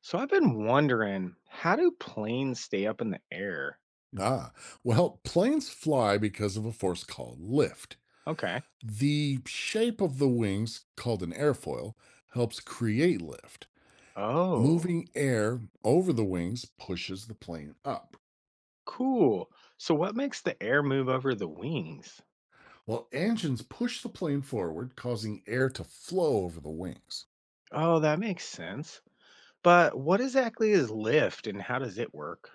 So I've been wondering, how do planes stay up in the air? Ah, well, planes fly because of a force called lift. Okay. The shape of the wings, called an airfoil, helps create lift. Oh, Moving air over the wings pushes the plane up, cool. So what makes the air move over the wings? while engines push the plane forward, causing air to flow over the wings. Oh, that makes sense. But what exactly is lift and how does it work?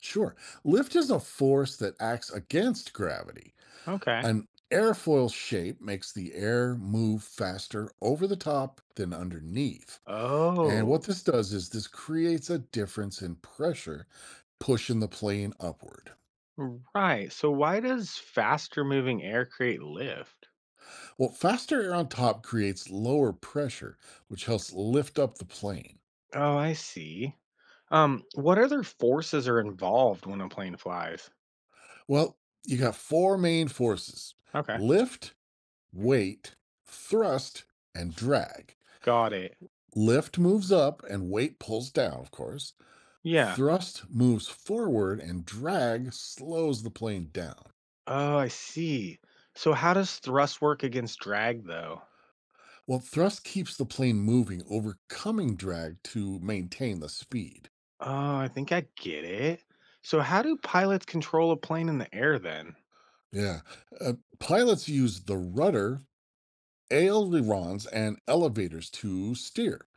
Sure, lift is a force that acts against gravity. Okay. An airfoil shape makes the air move faster over the top than underneath. And what Oh, this does is this creates a difference in pressure, pushing the plane upward. right. So why does faster moving air create lift? Well, faster air on top creates lower pressure, which helps lift up the plane. Oh, I see. What other forces are involved when a plane flies? Well, you got four main forces: Okay. lift, weight, thrust, and drag. Got it. Lift moves up and weight pulls down, of course. Yeah. Thrust moves forward and drag slows the plane down. Oh, I see. So how does thrust work against drag, though? Well, thrust keeps the plane moving, overcoming drag to maintain the speed. Oh, I think I get it. So how do pilots control a plane in the air then? Yeah. Pilots use the rudder, ailerons, and elevators to steer.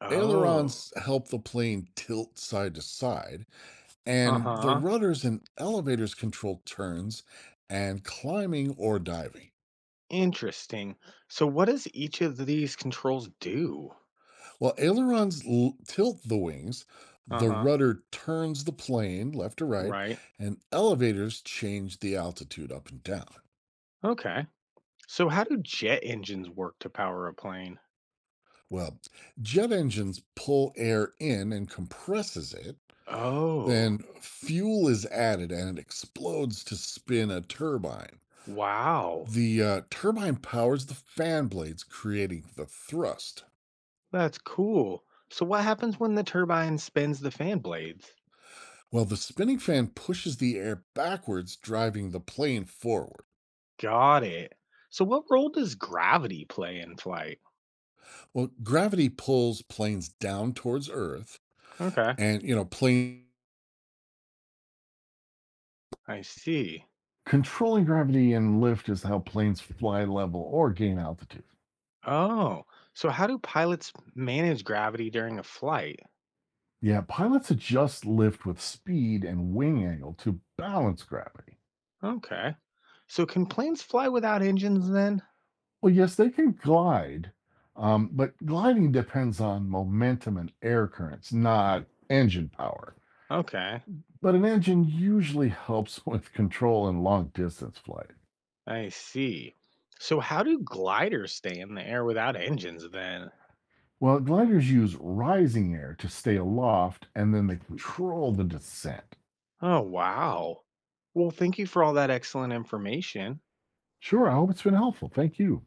Oh, Ailerons help the plane tilt side to side, and the uh-huh. rudders and elevators control turns and climbing or diving. Interesting. So what does each of these controls do? While tilt the wings, the Uh-huh. rudder turns the plane left to right, Right. and elevators change the altitude up and down. Okay. So how do jet engines work to power a plane? Well, jet engines pull air in and compresses it. Oh, Then fuel is added and it explodes to spin a turbine. wow. The turbine powers the fan blades, creating the thrust, That's cool. So what happens when the turbine spins the fan blades? while the spinning fan pushes the air backwards, driving the plane forward. Got it. So, what role does gravity play in flight? Well, gravity pulls planes down towards Earth, Okay, and plane I see. controlling gravity and lift is how planes fly level or gain altitude. Oh, so how do pilots manage gravity during a flight? Yeah, pilots adjust lift with speed and wing angle to balance gravity. Okay. So, can planes fly without engines then? Well, yes, they can glide, but gliding depends on momentum and air currents, not engine power. Okay, But an engine usually helps with control in long distance flight. I see. So, how do gliders stay in the air without engines then? Well, gliders use rising air to stay aloft and then they control the descent. Oh, wow. Well, thank you for all that excellent information. Sure, I hope it's been helpful. Thank you.